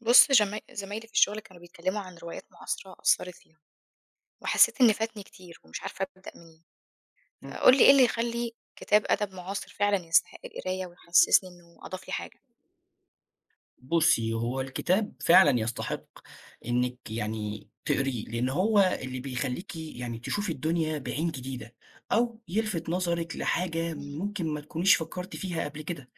بُص جما زمايلي في الشغل كانوا بيتكلموا عن روايات معاصرة أثّرت فيهم، وحسيت إن فاتني كتير ومش عارفة أبدأ منين، إمم. فقُل لي إيه اللي يخلّي كتاب أدب معاصر فعلًا يستحق القراية ويحسسني إنه أضاف لي حاجة؟ بُصّي، هو الكتاب فعلًا يستحق إنِّك يعني تقريه، لإن هو اللي بيخلّيكِ يعني تشوفي الدنيا بعين جديدة، أو يلفت نظرِك لحاجة إمم. ممكن ما تكونيش فكّرتِ فيها قبل كده،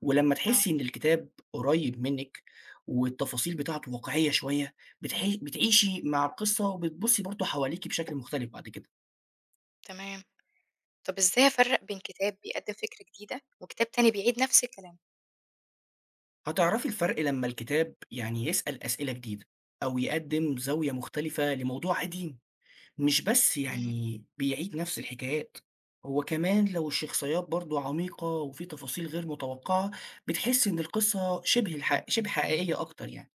ولمّا آه، تحسّي إن الكتاب قريّب منِّك والتفاصيل بتاعته واقعية شوية، بتعيشي مع القصة وبتبُصّي برضه حواليكِ بشكل مختلف بعد كده. تمام. طب إزاي أفرّق بين كتاب بيقدّم فكرة جديدة وكتاب تاني بيعيد نفس الكلام؟ هتعرفي الفرق لمّا الكتاب يعني يسأل أسئلة جديدة، أو يقدّم زاوية مختلفة لموضوع قديم. مش بس إمم، يعني بيعيد نفس الحكايات، هو كمان لو الشخصيات برضه عميقة وفي تفاصيل غير متوقعة، بتحس إن القصة شبه حقيقية أكتر يعني.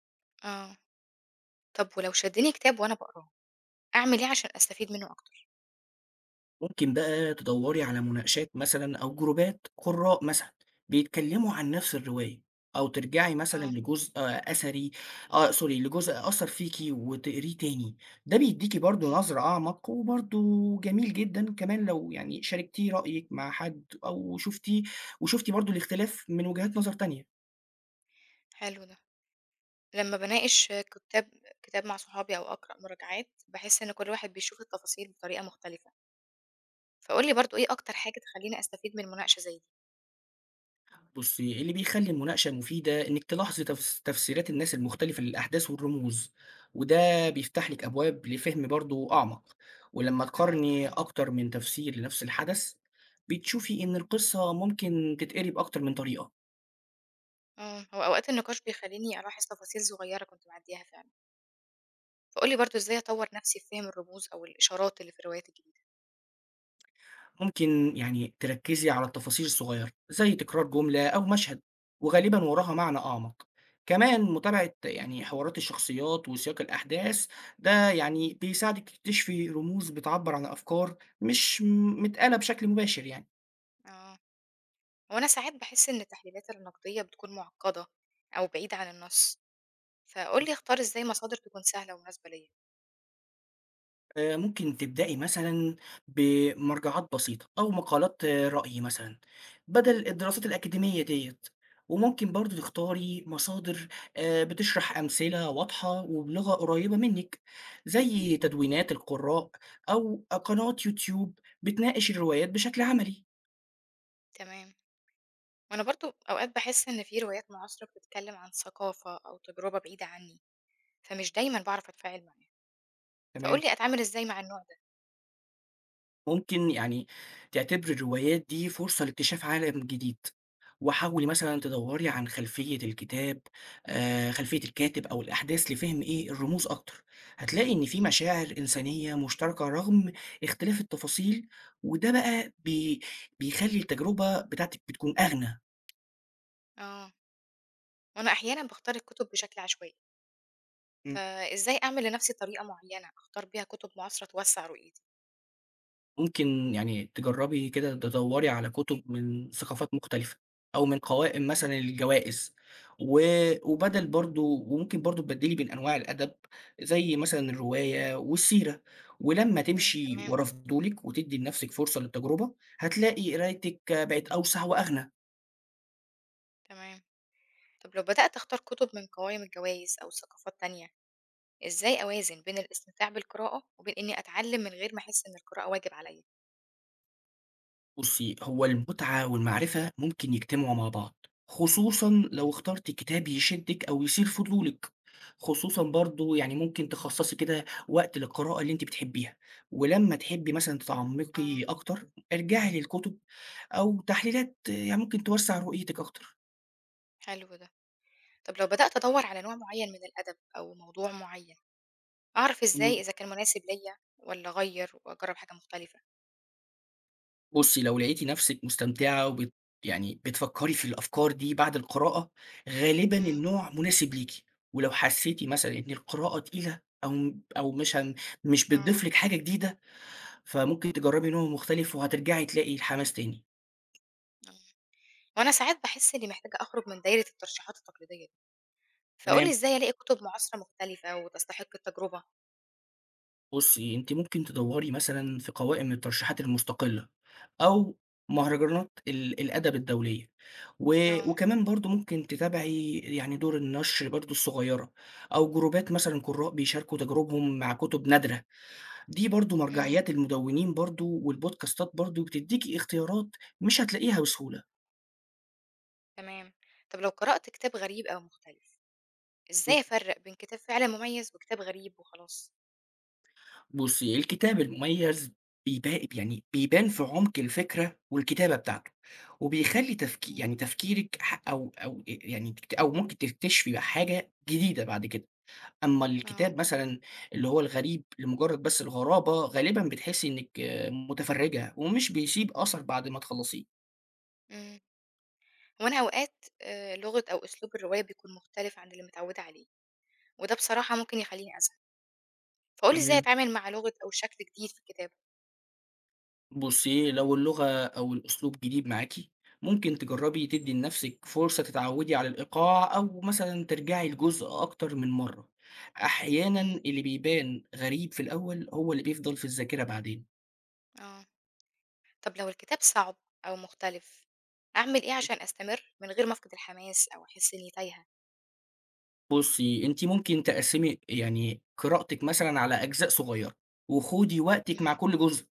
آه. طب ولو شدني كتاب وأنا باقراه، أعمل إيه عشان أستفيد منه أكتر؟ ممكن بقى تدوري على مناقشات مثلا أو جروبات قراء مثلا بيتكلموا عن نفس الرواية أو ترجعي مثلا آه، لجزء آه، أثري آه سوري لجزء أثر فيكي وتقريه تاني، ده بيديكي برضو إمم، نظرة أعمق وبرضو جميل جدا كمان لو يعني شاركتيه رأيك مع حد أو شفتيه وشفتي برضو الاختلاف من وجهات نظر تانية. حلو ده. لمّا باناقش كتاب مع صحابي أو أقرأ مراجعات، باحس إن كل واحد بيشوف التفاصيل بطريقة مختلفة. فقُل لي برضه إيه أكتر حاجة تخلّيني أستفيد من مناقشة زي دي؟ بُصي، اللي بيخلّي المناقشة مفيدة إنِّك تلاحظي تفسيرات الناس المختلفة للأحداث والرموز، وده بيفتح لِك أبواب لفهم برضه أعمق، ولمّا آه تقارني تمام، أكتر من تفسير لنفس الحدث، بتشوفي إن القصة ممكن تتقري بأكتر من طريقة. آه، هو أوقات النقاش بيخلّيني ألاحظ تفاصيل صغيّرة كنت باعدّيها فعلًا، فقُل لي برضه إزاي أطوّر نفْسي في فهم الرموز أو الإشارات اللي في الروايات الجديدة؟ ممكن يعني تركزي على التفاصيل الصغيرة زي تكرار جملة أو مشهد وغالبا وراها معنى أعمق، كمان متابعة يعني حوارات الشخصيات وسياق الأحداث ده يعني بيساعدك تكتشفي رموز بتعبر عن أفكار مش متقالة بشكل مباشر يعني. آه، هو أنا ساعات باحس إن التحليلات النقدية بتكون معقّدة أو بعيدة عن النص، فقُل لي أختار إزاي مصادر تكون سهلة ومناسبة ليّا؟ ممكن تبدئي مثلًا بمرجعات بسيطة أو مقالات رأي مثلًا، بدل الدراسات الأكاديمية ديّة، وممكن برضه تختاري مصادر بتشرح أمثلة واضحة وبلغة قريبة منِّك، زي تدوينات القراء أو قنوات يوتيوب بتناقش الروايات بشكل عملي. تمام، وأنا برضه أوقات باحس إن في روايات معاصرة بتتكلم عن ثقافة أو تجربة بعيدة عنّي، فمش دايمًا باعرف أتفاعل معاها، فقُل تمام. لي أتعامل إزاي مع النوع ده؟ ممكن يعني تعتبري الروايات دي فرصة لاكتشاف عالم جديد، وحاولي مثلًا تدوّري عن خلفية الكتاب، خلفية الكاتب أو الأحداث لفهم الرموز أكتر. هتلاقي إن في إمم، مشاعر إنسانية مشتركة رغم اختلاف التفاصيل، وده بقى بيخلّي التجربة بتاعتِك بتكون أغنى. آه. وأنا أحيانًا باختار الكتب بشكل عشوائي، فإزاي أعمل لنفسي طريقة معينة أختار بيها كتب معاصرة توسّع رؤيتي؟ ممكن يعني تجرّبي كده تدوّري على كُتب من ثقافات مختلفة، أو من قوائم إمم، مثلًا الجوائز، و وبَدَل برضه وممكن برضه تبدّلي بين أنواع الأدب، زي مثلًا الرواية والسيرة، ولمّا إمم، تمشي تمام، ورا فضولِك وتدّي لنفسِك فرصة للتجربة، هتلاقي قرايتِك بقت أوسع وأغنى. تمام. طب لو بدأت أختار كتب من قوائم الجوايز أو ثقافات تانية، إزاي أوازن بين الاستمتاع بالقراءة وبين إني أتعلم من غير ما أحس إن القراءة واجب عليَّ؟ بُصّي، هو المتعة والمعرفة ممكن يجتمعوا مع بعض، خصوصًا لو اخترتِ كتاب يشدِّك أو يثير فضولِك، خصوصًا برضه يعني ممكن تخصّصي كده وقت للقراءة اللي أنتِ بتحبيها، ولمّا تحبي مثلًا آه، تتعمقي أكتر ارجعي للكتب أو تحليلات يعني ممكن توسّع رؤيتِك أكتر. حلو ده. طب لو بدأت أدوّر على نوع معين من الأدب أو موضوع معين، أعرف إزاي إذا كان مناسب ليَّ والّا أغيّر وأجرب حاجة مختلفة؟ بُصي، لو لقيتِ نفسِك مستمتعة يعني بتفكّري في الأفكار دي بعد القراءة، غالبًا إمم، النوع مناسب ليكِ، ولو حسيتِ مثلًا إن القراءة تقيلة أو مش آه، بتضيف لِك حاجة جديدة، فممكن تجربي نوع مختلف وهترجعي تلاقي الحماس تاني، آه. وأنا ساعات باحس إني محتاجة أخرج من دايرة الترشيحات التقليدية دي. فقُل لي تمام؟ إزاي ألاقي كُتب معاصرة مختلفة وتستحق التجربة؟ بُصي، أنتِ ممكن تدوّري مثلًا في قوائم الترشيحات المستقلة، أو مهرجانات الأدب الدولية، و آه، وكمان برضه ممكن تتابعي يعني دور النشر برضه الصغيرة، أو جروبات مثلًا قُرّاء بيشاركوا تجاربهم مع كتب نادرة، دي برضه إمم، مرجعيات المدوّنين برضه والبودكاستات برضه بتدّيكِ اختيارات مش هتلاقيها بسهولة. تمام. طب لو قرأت كتاب غريب أو مختلف، إزاي أفرّق بين كتاب فعلًا مميز وكتاب غريب وخلاص؟ بُصّي، الكتاب المميز بيبا يعني بيبان في عُمق الفكرة والكتابة بتاعته، وبيخلّي إمم، يعني تفكيرِك ح أو أو يعني تكت أو ممكن تكتشفي بقى حاجة جديدة بعد كده، أمّا آه، الكتاب مثلًا اللي هو الغريب لمجرّد بس الغرابة، غالبًا بتحسّي إنِّك متفرّجة ومش بيسيب أثر بعد ما تخلّصيه. إمم. هو أنا أوقات لغة أو أسلوب الرواية بيكون مختلف عن اللي متعودة عليه، وده بصراحة ممكن يخلّيني أزهق، فقُل لي إزاي تمام. أتعامل مع لغة أو شكل جديد في الكتابة؟ بُصّي، لو اللغة أو الأسلوب جديد معاكِ، ممكن تجرّبي تدّي لنفسِك فرصة تتعوّدي على الإيقاع أو مثلًا ترجعي لجزء أكتر من مرّة. أحيانًا إمم، اللي بيبان غريب في الأول هو اللي بيفضل في الذاكرة بعدين. آه. طب لو الكتاب صعب أو مختلف، أعمل إيه عشان أستمر من غير ما أفقد الحماس أو أحس إني تايهة؟ بُصّي، أنتِ ممكن تقسّمي يعني قراءتِك مثلًا على أجزاء صغيّرة وخُدي وقتِك إمم، مع كل جزء.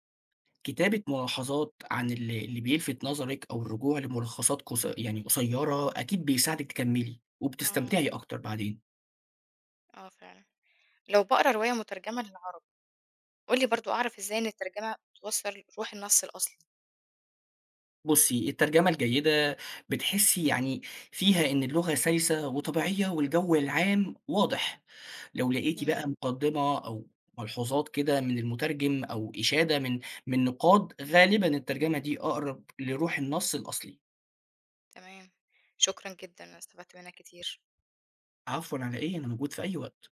كتابة ملاحظات عن اللي بيلفت نظرِك أو الرجوع لملخصات قص يعني قصيّرة أكيد بيساعدِك تكمّلي آه، وبتستمتعي أكتر بعدين. آه فعلًا. لو باقرا رواية مترجمة للعربي، قُل لي برضه أعرف إزاي إن الترجمة بتوصّل روح النص الأصلي؟ بُصّي، الترجمة الجيدة بتحسّي يعني فيها إن اللغة سلسة وطبيعية والجو العام واضح، لو لقيتِ إمم، بقى مقدمة أو ملحوظات كده من المترجم أو إشادة من نقاد، غالبًا الترجمة دي أقرب لروح النص الأصلي. تمام، شكرًا جدًا، أنا استفدت منّك كتير. عفوًا على إيه، أنا موجود في أي وقت.